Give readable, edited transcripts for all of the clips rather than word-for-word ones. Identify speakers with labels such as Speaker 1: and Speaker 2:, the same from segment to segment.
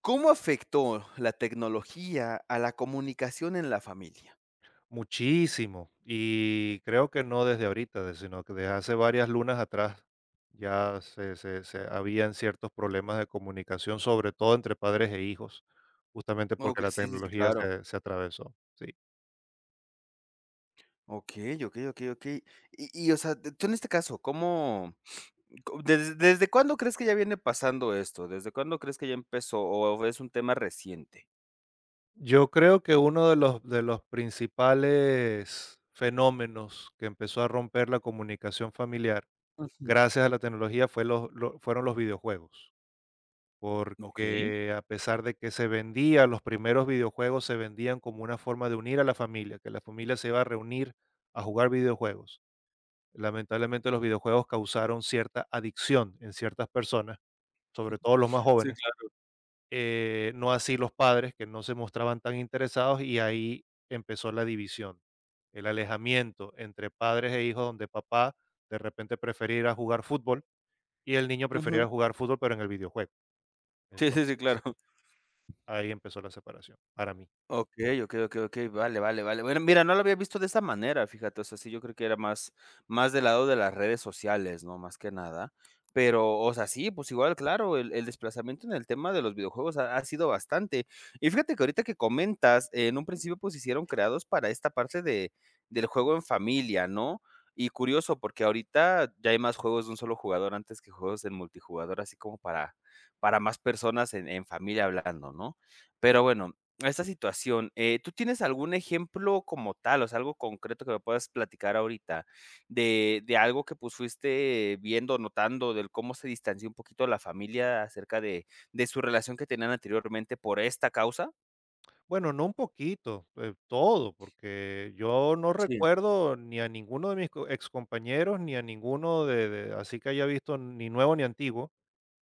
Speaker 1: ¿Cómo afectó la tecnología a la comunicación en la familia?
Speaker 2: Muchísimo, y creo que no desde ahorita, de sino que desde hace varias lunas atrás ya se habían ciertos problemas de comunicación, sobre todo entre padres e hijos, justamente porque
Speaker 1: Okey,
Speaker 2: la
Speaker 1: sí, sí, sí,
Speaker 2: tecnología
Speaker 1: claro.
Speaker 2: se atravesó, sí.
Speaker 1: Okey, okey, okey, okey. Y, o sea, tú en este caso, ¿cómo co des desde cuándo crees que ya viene pasando esto? ¿Desde cuándo crees que ya empezó o es un tema reciente?
Speaker 2: Yo creo que uno de los principales fenómenos que empezó a romper la comunicación familiar,
Speaker 1: Ujú.
Speaker 2: gracias a la tecnología, fue los lo fueron los videojuegos.
Speaker 1: Okey.
Speaker 2: Porque a pesar de que se vendía, los primeros videojuegos se vendían como una forma de unir a la familia, que la familia se iba a reunir a jugar videojuegos. Lamentablemente los videojuegos causaron cierta adicción en ciertas personas, sobre todo los más
Speaker 1: Sí,
Speaker 2: jóvenes,
Speaker 1: claro.
Speaker 2: no así los padres que no se mostraban tan interesados y ahí empezó la división, el alejamiento entre padres e hijos donde papá de repente prefería ir a jugar fútbol y el niño
Speaker 1: Ujú.
Speaker 2: prefería jugar fútbol pero en el videojuego.
Speaker 1: Sí, sí,
Speaker 2: Entonces,
Speaker 1: sí, claro.
Speaker 2: ahí empezó la separación, para mí.
Speaker 1: Okey, okey, okey, okey, vale, vale, vale. Bueno, mira, no lo había visto de esa manera, fíjate, o sea, sí, yo creo que era más del lado de las redes sociales, ¿no? Más que nada, pero, o sea, sí, pues igual, claro, el desplazamiento en el tema de los videojuegos ha sido bastante. Y fíjate que ahorita que comentas, en un principio, pues, hicieron creados para esta parte de del juego en familia, ¿no? Y curioso, porque ahorita ya hay más juegos de un solo jugador antes que juegos en multijugador, así como para más personas en familia hablando, ¿no? Pero bueno, a esta situación, ¿tú tienes algún ejemplo como tal, o sea, algo concreto que me puedas platicar ahorita de algo que, pues, fuiste viendo, notando del cómo se distanció un poquito la familia acerca de su relación que tenían anteriormente por esta causa?
Speaker 2: Bueno, no un poquito, todo, porque yo no
Speaker 1: Sí.
Speaker 2: recuerdo ni a ninguno de mis co excompañeros, ni a ninguno de así que haya visto ni nuevo ni antiguo,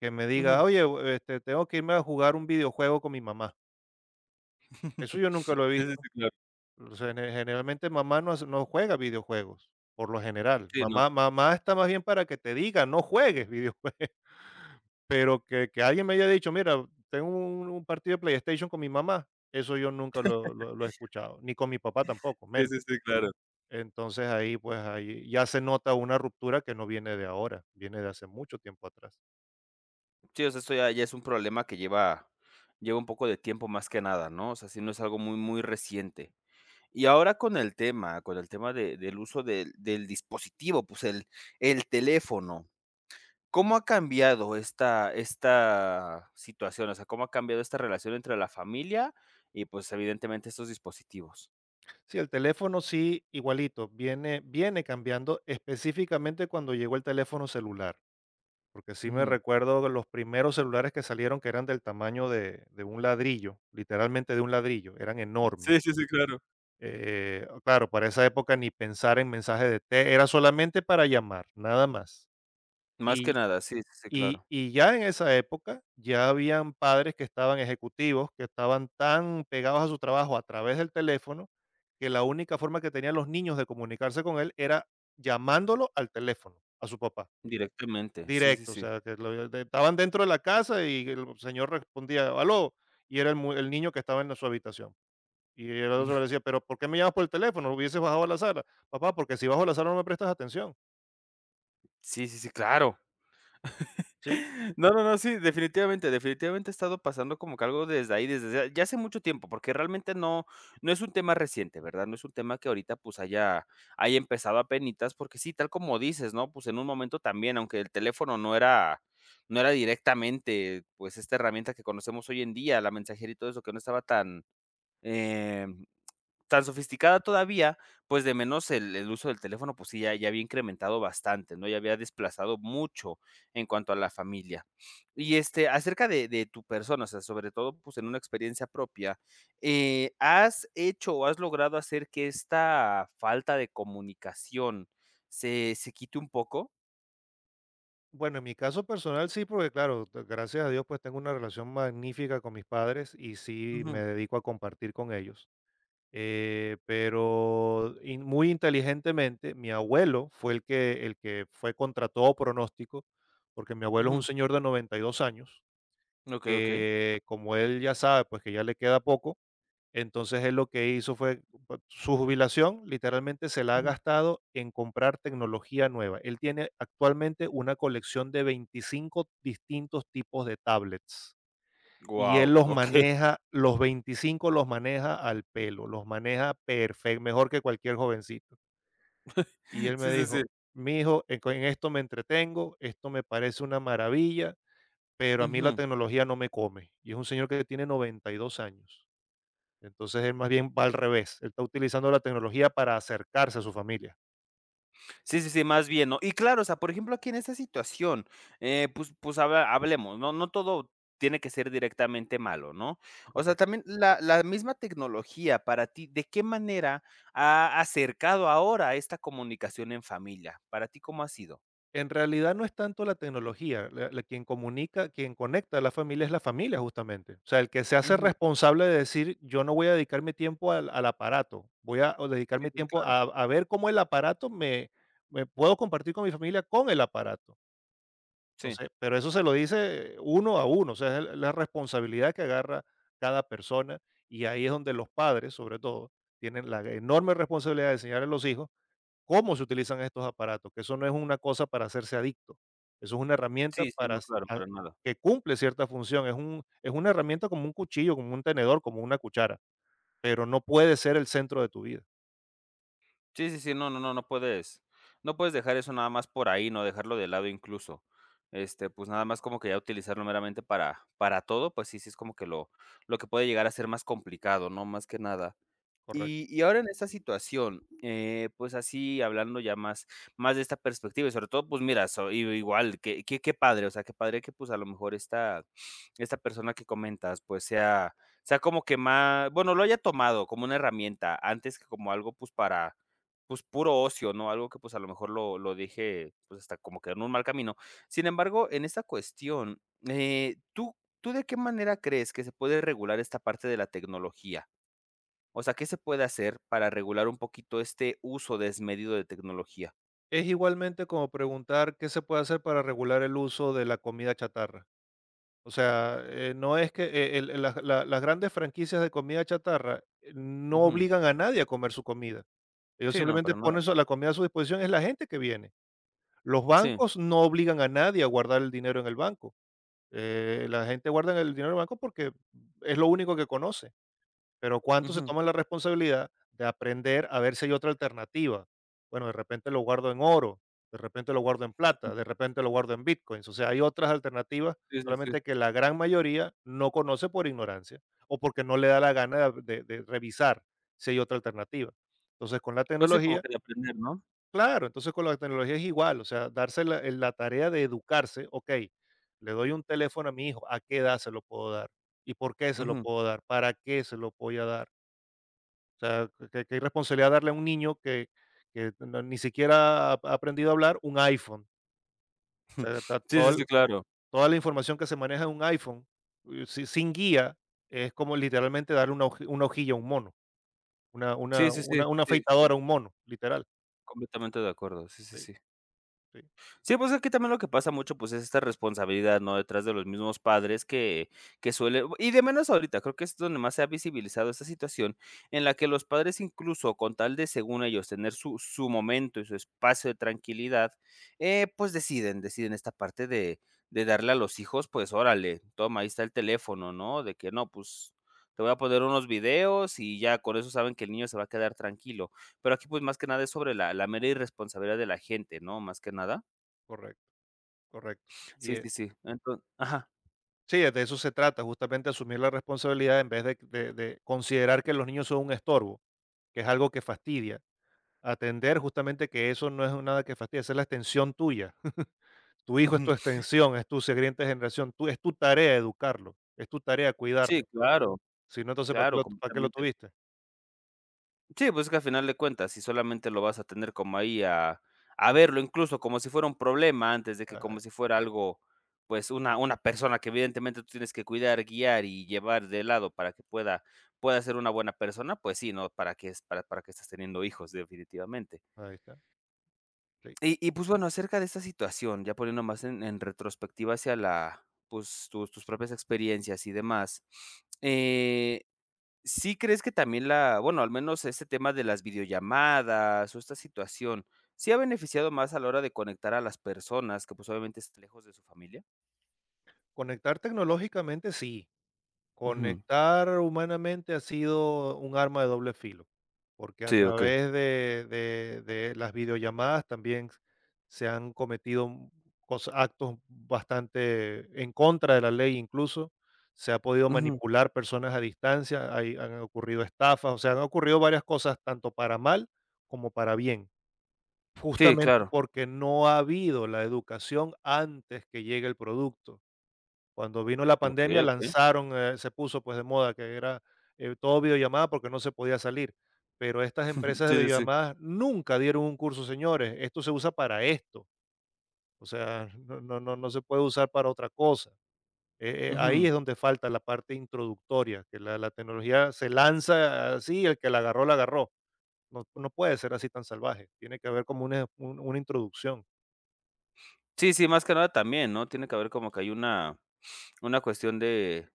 Speaker 2: que me diga:
Speaker 1: Ujú.
Speaker 2: "Oye, tengo que irme a jugar un videojuego con mi mamá". Eso yo nunca
Speaker 1: Sí,
Speaker 2: lo he
Speaker 1: sí,
Speaker 2: visto.
Speaker 1: sí, claro.
Speaker 2: O sea, generalmente mamá no juega videojuegos, por lo general.
Speaker 1: Sí, no.
Speaker 2: Mamá está más bien para que te diga: "No juegues videojuegos". Pero que alguien me haya dicho: "Mira, tengo un partido de PlayStation con mi mamá", eso yo nunca lo he escuchado, ni con mi papá tampoco,
Speaker 1: Sí,
Speaker 2: menos.
Speaker 1: sí, sí, claro.
Speaker 2: Entonces ahí, pues, ahí ya se nota una ruptura que no viene de ahora, viene de hace mucho tiempo atrás.
Speaker 1: Sí, o sea, esto ya ya es un problema que lleva un poco de tiempo más que nada, ¿no? O sea, si no es algo muy, muy reciente. Y ahora con el tema de del uso del dispositivo, pues, el teléfono, ¿cómo ha cambiado esta situación? O sea, ¿cómo ha cambiado esta relación entre la familia y, pues, evidentemente estos dispositivos?
Speaker 2: Sí, el teléfono sí, igualito, viene cambiando, específicamente cuando llegó el teléfono celular, porque sí me
Speaker 1: Ujú.
Speaker 2: recuerdo los primeros celulares que salieron, que eran del tamaño de un ladrillo, literalmente de un ladrillo, eran enormes.
Speaker 1: Sí, sí, sí, claro.
Speaker 2: Claro, para esa época ni pensar en mensaje de te era solamente para llamar, nada más.
Speaker 1: Más que
Speaker 2: Y
Speaker 1: nada, sí, sí, sí,
Speaker 2: y
Speaker 1: claro.
Speaker 2: y ya en esa época, ya habían padres que estaban ejecutivos, que estaban tan pegados a su trabajo a través del teléfono, que la única forma que tenían los niños de comunicarse con él era llamándolo al teléfono, a su papá,
Speaker 1: Directamente, sí, sí,
Speaker 2: directo, o
Speaker 1: sí.
Speaker 2: sea, que lo de estaban dentro de la casa y el señor respondía: "Aló", y era el mu el niño que estaba en su habitación. Y el otro le decía, pero ¿por qué me llamas por el teléfono? Hubieses bajado a la sala. Papá, porque si bajo a la sala no me prestas atención,
Speaker 1: Sí, sí, sí, claro.
Speaker 2: ¿sí?
Speaker 1: No, no, no, sí, definitivamente, definitivamente he estado pasando como que algo desde ahí, desde ya ya hace mucho tiempo, porque realmente no, no es un tema reciente, ¿verdad? No es un tema que ahorita pues haya, empezado apenitas, porque sí, tal como dices, ¿no? Pues en un momento también, aunque el teléfono no era directamente, pues esta herramienta que conocemos hoy en día, la mensajería y todo eso, que no estaba tan, em, tan sofisticada todavía, pues, de menos el uso del teléfono, pues sí, ya ya había incrementado bastante, ¿no? Ya había desplazado mucho en cuanto a la familia. Y, este, acerca de tu persona, o sea, sobre todo, pues, en una experiencia propia, ¿has hecho o has logrado hacer que esta falta de comunicación se quite un poco?
Speaker 2: Bueno, en mi caso personal sí, porque claro, gracias a Dios pues tengo una relación magnífica con mis padres y sí me
Speaker 1: Ujú,
Speaker 2: dedico a compartir con ellos. Pero muy inteligentemente, mi abuelo fue el que fue contra todo pronóstico, porque mi abuelo es un
Speaker 1: ujú.
Speaker 2: señor de 92 años,
Speaker 1: Okey, okey.
Speaker 2: que como él ya sabe, pues que ya le queda poco. Entonces él lo que hizo fue su jubilación, literalmente se la ha
Speaker 1: Ujú.
Speaker 2: gastado en comprar tecnología nueva. Él tiene actualmente una colección de 25 distintos tipos de tablets y
Speaker 1: Guau,
Speaker 2: él los maneja, los 25 los maneja al pelo, los maneja perfecto, mejor que cualquier jovencito. Y él me
Speaker 1: Sí, sí, sí.
Speaker 2: dijo, mi hijo, en esto me entretengo, esto me parece una maravilla, pero a mí la
Speaker 1: Ujú.
Speaker 2: tecnología no me come. Y es un señor que tiene 92 años. Entonces él más bien va al revés, él está utilizando la tecnología para acercarse a su familia.
Speaker 1: Sí, sí, sí, más bien, ¿no? Y claro, o sea, por ejemplo, aquí en esta situación, pues habla hablemos, ¿no? No todo tiene que ser directamente malo, ¿no? O sea,
Speaker 2: Correcto.
Speaker 1: también la misma tecnología para ti, ¿de qué manera ha acercado ahora esta comunicación en familia? Para ti, ¿cómo ha sido?
Speaker 2: En realidad no es tanto la tecnología, quien comunica, quien conecta a la familia es la familia justamente. O sea, el que se hace
Speaker 1: Ujú.
Speaker 2: responsable de decir, yo no voy a dedicar mi tiempo al, al aparato, voy a o dedicar
Speaker 1: Sí,
Speaker 2: mi
Speaker 1: sí, sí,
Speaker 2: tiempo
Speaker 1: claro.
Speaker 2: a ver cómo el aparato me, me puedo compartir con mi familia con el aparato.
Speaker 1: Sí.
Speaker 2: Entonces, pero eso se lo dice uno a uno, o sea, es la responsabilidad que agarra cada persona y ahí es donde los padres, sobre todo, tienen la enorme responsabilidad de enseñar a los hijos cómo se utilizan estos aparatos, que eso no es una cosa para hacerse adicto, eso es una herramienta
Speaker 1: Sí, sí,
Speaker 2: para
Speaker 1: no, claro, para nada.
Speaker 2: que cumple cierta función, es, un, es una herramienta como un cuchillo, como un tenedor, como una cuchara, pero no puede ser el centro de tu vida,
Speaker 1: Sí, sí, sí, no, no, no, no puedes dejar eso nada más por ahí, no dejarlo de lado incluso. Este, pues, nada más como que ya utilizarlo meramente para todo, pues sí, sí es como que lo que puede llegar a ser más complicado, ¿no? Más que nada. Y
Speaker 2: correcto.
Speaker 1: y ahora en esta situación, pues, así hablando ya más de esta perspectiva y sobre todo, pues, mira, so i igual, qué padre, o sea, qué padre que, pues, a lo mejor esta persona que comentas, pues, sea como que más bueno, lo haya tomado como una herramienta antes que como algo, pues, para, pues, puro ocio, ¿no? Algo que, pues, a lo mejor lo dije pues, hasta como que en un mal camino. Sin embargo, en esta cuestión, eh, ¿tú tú de qué manera crees que se puede regular esta parte de la tecnología? O sea, ¿qué se puede hacer para regular un poquito este uso desmedido de tecnología?
Speaker 2: Es igualmente como preguntar qué se puede hacer para regular el uso de la comida chatarra. O sea, no es que las grandes franquicias de comida chatarra no
Speaker 1: Ujú.
Speaker 2: obligan a nadie a comer su comida. Ellos
Speaker 1: Sí, no,
Speaker 2: simplemente
Speaker 1: para nada.
Speaker 2: ponen la comida a su disposición, es la gente que viene. Los
Speaker 1: Sí.
Speaker 2: bancos no obligan a nadie a guardar el dinero en el banco. La gente guarda el dinero en el banco porque es lo único que conoce. Pero ¿cuánto se
Speaker 1: Ujú.
Speaker 2: toman la responsabilidad de aprender a ver si hay otra alternativa? Bueno, de repente lo guardo en oro, de repente lo guardo en
Speaker 1: Ujú.
Speaker 2: plata, de repente lo guardo en bitcoins. O sea, hay otras alternativas,
Speaker 1: Sí, sí, sí.
Speaker 2: solamente que la gran mayoría no conoce por ignorancia o porque no le da la gana de revisar si hay otra alternativa. Entonces, con la
Speaker 1: Pues sí, como
Speaker 2: tecnología,
Speaker 1: que de aprender, ¿no?
Speaker 2: claro, entonces con la tecnología es igual, o sea, darse la, tarea de educarse, ok, le doy un teléfono a mi hijo, ¿a qué edad se lo puedo dar? ¿Y por qué se lo
Speaker 1: Ujú.
Speaker 2: puedo dar? ¿Para qué se lo voy a dar? O sea, qué irresponsabilidad darle a un niño que no ni siquiera ha aprendido a hablar un iPhone. O sea, está
Speaker 1: Sí,
Speaker 2: todo
Speaker 1: sí, sí,
Speaker 2: el
Speaker 1: claro.
Speaker 2: toda la información que se maneja en un iPhone, si sin guía, es como literalmente darle una hojilla a un mono,
Speaker 1: Sí, sí, sí,
Speaker 2: una
Speaker 1: sí, com
Speaker 2: afeitadora a un mono, literal.
Speaker 1: completamente de acuerdo. Sí, sí,
Speaker 2: Sí,
Speaker 1: sí.
Speaker 2: sí,
Speaker 1: Sí, pues, aquí también lo que pasa mucho, pues, es esta responsabilidad, ¿no?, detrás de los mismos padres que suele y de menos ahorita, creo que es donde más se ha visibilizado esta situación, en la que los padres, incluso con tal de, según ellos, tener su momento y su espacio de tranquilidad, pues, deciden esta parte de darle a los hijos, pues, órale, toma, ahí está el teléfono, ¿no?, de que no, pues, te voy a poner unos videos y ya con eso saben que el niño se va a quedar tranquilo. Pero aquí, pues, más que nada es sobre la mera irresponsabilidad de la gente, ¿no?, más que nada.
Speaker 2: correcto, correcto. Y,
Speaker 1: Sí, sí,
Speaker 2: eh,
Speaker 1: sí. Enton Ajá.
Speaker 2: sí, de eso se trata, justamente asumir la responsabilidad en vez de considerar que los niños son un estorbo, que es algo que fastidia. Atender justamente que eso no es nada que fastidia, esa es la extensión tuya. Tu hijo es tu
Speaker 1: Ujú.
Speaker 2: extensión, es tu siguiente generación, tú es tu tarea educarlo, es tu tarea
Speaker 1: Sí,
Speaker 2: cuidarlo.
Speaker 1: claro,
Speaker 2: Si no, entonces,
Speaker 1: claro,
Speaker 2: ¿para qué lo
Speaker 1: completamente.
Speaker 2: tuviste?
Speaker 1: Sí, pues, es que al final de cuentas, si solamente lo vas a tener como ahí a verlo, incluso como si fuera un problema, antes de que como
Speaker 2: Ah,
Speaker 1: si fuera algo, pues, una persona que evidentemente tú tienes que cuidar, guiar y llevar de lado para que pueda ser una buena persona, pues sí, ¿no? ¿Para qué estás teniendo hijos? Definitivamente.
Speaker 2: ahí está, sí.
Speaker 1: Y, pues, bueno, acerca de esta situación, ya poniendo más en retrospectiva hacia la, pues, tus propias experiencias y demás, eh, ¿sí crees que también la bueno, al menos este tema de las videollamadas o esta situación, sí ha beneficiado más a la hora de conectar a las personas que, pues, obviamente están lejos de su familia?
Speaker 2: Conectar tecnológicamente sí.
Speaker 1: Ujú.
Speaker 2: Conectar humanamente ha sido un arma de doble filo, porque a
Speaker 1: Sí, okey.
Speaker 2: través de las videollamadas también se han cometido cosa actos bastante en contra de la ley, incluso se ha podido
Speaker 1: Ujú.
Speaker 2: manipular personas a distancia, hay han ocurrido estafas, o sea, han ocurrido varias cosas, tanto para mal como para bien,
Speaker 1: Sí,
Speaker 2: justamente
Speaker 1: claro.
Speaker 2: porque no ha habido la educación antes que llegue el producto. Cuando vino la pandemia
Speaker 1: Okey, okey.
Speaker 2: lanzaron, se puso, pues, de moda que era, todo videollamada porque no se podía salir, pero estas empresas de
Speaker 1: Sí, sí, sí.
Speaker 2: videollamadas nunca dieron un curso: "Señores, esto se usa para esto", o sea, no se puede usar para otra cosa. Ahí
Speaker 1: Ujú.
Speaker 2: es donde falta la parte introductoria, que la tecnología se lanza así, el que la agarró, la agarró. No puede ser así tan salvaje, tiene que haber como una introducción.
Speaker 1: Sí, sí, más que nada también, ¿no? Tiene que haber como que hay una cuestión de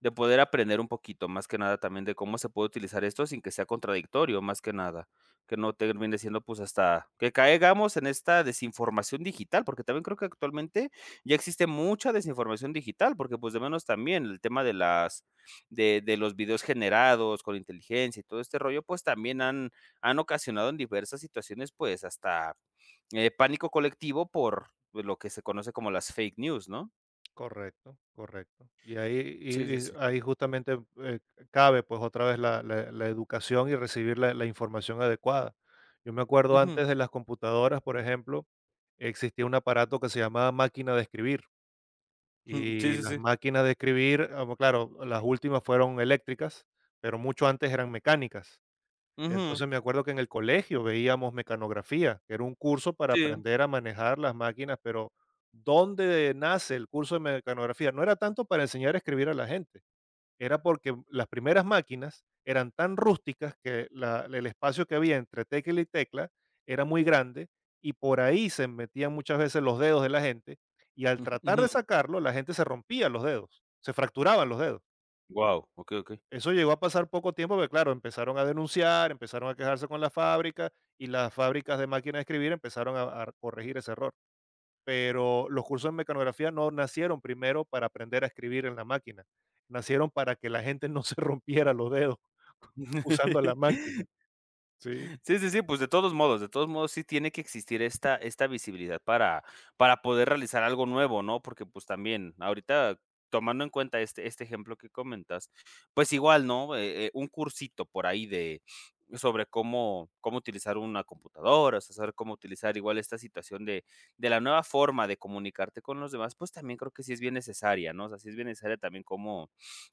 Speaker 1: De poder aprender un poquito, más que nada también de cómo se puede utilizar esto sin que sea contradictorio, más que nada, que no termine siendo, pues, hasta que caigamos en esta desinformación digital, porque también creo que actualmente ya existe mucha desinformación digital, porque, pues, de menos también el tema de las de los videos generados con inteligencia y todo este rollo, pues, también han ocasionado en diversas situaciones, pues, hasta, pánico colectivo por lo que se conoce como las fake news, ¿no?
Speaker 2: Correcto, correcto. Y ahí,
Speaker 1: Sí, sí, sí.
Speaker 2: ahí justamente cabe pues otra vez la, la educación y recibir la, la información adecuada. Yo me acuerdo
Speaker 1: Ujú.
Speaker 2: antes de las computadoras, por ejemplo, existía un aparato que se llamaba máquina de escribir.
Speaker 1: Jum. Sí,
Speaker 2: Y
Speaker 1: sí,
Speaker 2: las
Speaker 1: sí.
Speaker 2: máquinas de escribir, ah, bueno, claro, las últimas fueron eléctricas, pero mucho antes eran mecánicas.
Speaker 1: Ujú.
Speaker 2: Entonces me acuerdo que en el colegio veíamos mecanografía, que era un curso para
Speaker 1: Sí.
Speaker 2: aprender a manejar las máquinas, pero ¿dónde nace el curso de mecanografía? No era tanto para enseñar a escribir a la gente, era porque las primeras máquinas eran tan rústicas que el espacio que había entre tecla y tecla era muy grande y por ahí se metían muchas veces los dedos de la gente y al
Speaker 1: Wow.
Speaker 2: tratar de
Speaker 1: Ujú.
Speaker 2: sacarlo la gente se rompía los dedos, se fracturaban los dedos.
Speaker 1: Guau,
Speaker 2: Eso llegó a pasar poco tiempo, porque claro, empezaron a denunciar, empezaron a quejarse con la fábrica y las fábricas de máquinas de escribir empezaron a corregir ese error. Pero los cursos de mecanografía no nacieron primero para aprender a escribir en la máquina, nacieron para que la gente no se rompiera los dedos usando la máquina. Sí,
Speaker 1: Sí, sí, sí, pues, de todos modos sí tiene que existir esta visibilidad para poder realizar algo nuevo, ¿no? Porque, pues, también ahorita tomando en cuenta este ejemplo que comentas, pues, igual, ¿no? Un cursito por ahí de sobre cómo utilizar una computadora, o sea, saber cómo utilizar igual esta situación de la nueva forma de comunicarte con los demás, pues, también creo que sí es bien necesaria, ¿no? O sea, sí es bien necesaria también cómo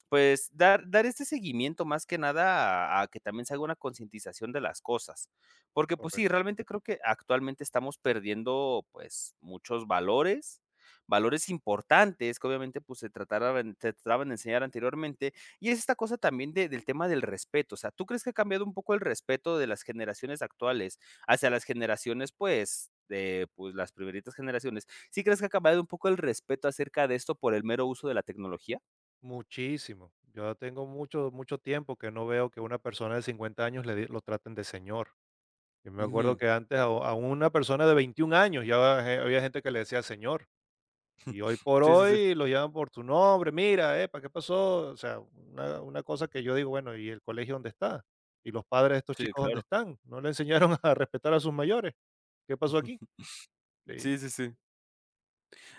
Speaker 1: Pues, dar este seguimiento más que nada a que también se haga una concientización de las cosas. Porque, pues sí,
Speaker 2: correcto.
Speaker 1: realmente creo que actualmente estamos perdiendo, pues, muchos valores, valores importantes que obviamente, pues, se trataban de enseñar anteriormente, y es esta cosa también de del tema del respeto, o sea, ¿tú crees que ha cambiado un poco el respeto de las generaciones actuales hacia las generaciones, pues, de, pues, las primeritas generaciones? ¿Sí crees que ha cambiado un poco el respeto acerca de esto por el mero uso de la tecnología?
Speaker 2: Muchísimo. Yo tengo mucho, mucho tiempo que no veo que una persona de 50 años lo traten de señor. Yo me acuerdo
Speaker 1: Ujú.
Speaker 2: que antes a una persona de 21 años ya había gente que le decía señor. Y hoy por
Speaker 1: Sí, sí,
Speaker 2: hoy
Speaker 1: sí.
Speaker 2: lo llaman por tu nombre, mira, epa, ¿qué pasó? O sea, una cosa que yo digo, bueno, ¿y el colegio dónde está? ¿Y los padres de estos
Speaker 1: Sí,
Speaker 2: chicos dónde
Speaker 1: claro.
Speaker 2: están? ¿No le enseñaron a respetar a sus mayores? ¿Qué pasó aquí? Sí.
Speaker 1: Sí, sí, sí.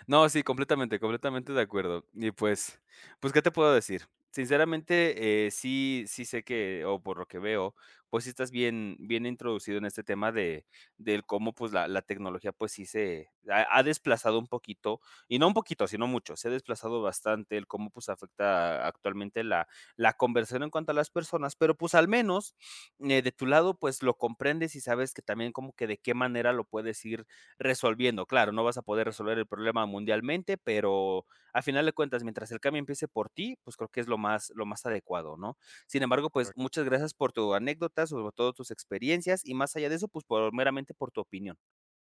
Speaker 1: No, sí, completamente, completamente de acuerdo. Y pues, ¿qué te puedo decir? Sinceramente, sí sé que, o por lo que veo, pues sí estás bien introducido en este tema de del cómo, pues, la tecnología, pues sí se ha desplazado un poquito, y no un poquito, sino mucho, se ha desplazado bastante el cómo, pues, afecta actualmente la conversión en cuanto a las personas, pero, pues, al menos, de tu lado, pues, lo comprendes y sabes que también como que de qué manera lo puedes ir resolviendo. Claro, no vas a poder resolver el problema mundialmente, pero al final de cuentas, mientras el cambio empiece por ti, pues creo que es lo más adecuado, ¿no? Sin embargo, pues
Speaker 2: Correcto.
Speaker 1: muchas gracias por tu anécdota, sobre todo tus experiencias y más allá de eso, pues meramente por tu opinión.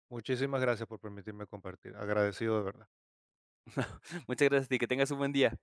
Speaker 2: Muchísimas gracias por permitirme compartir. Agradecido de verdad.
Speaker 1: Muchas gracias a ti, que tengas un buen día.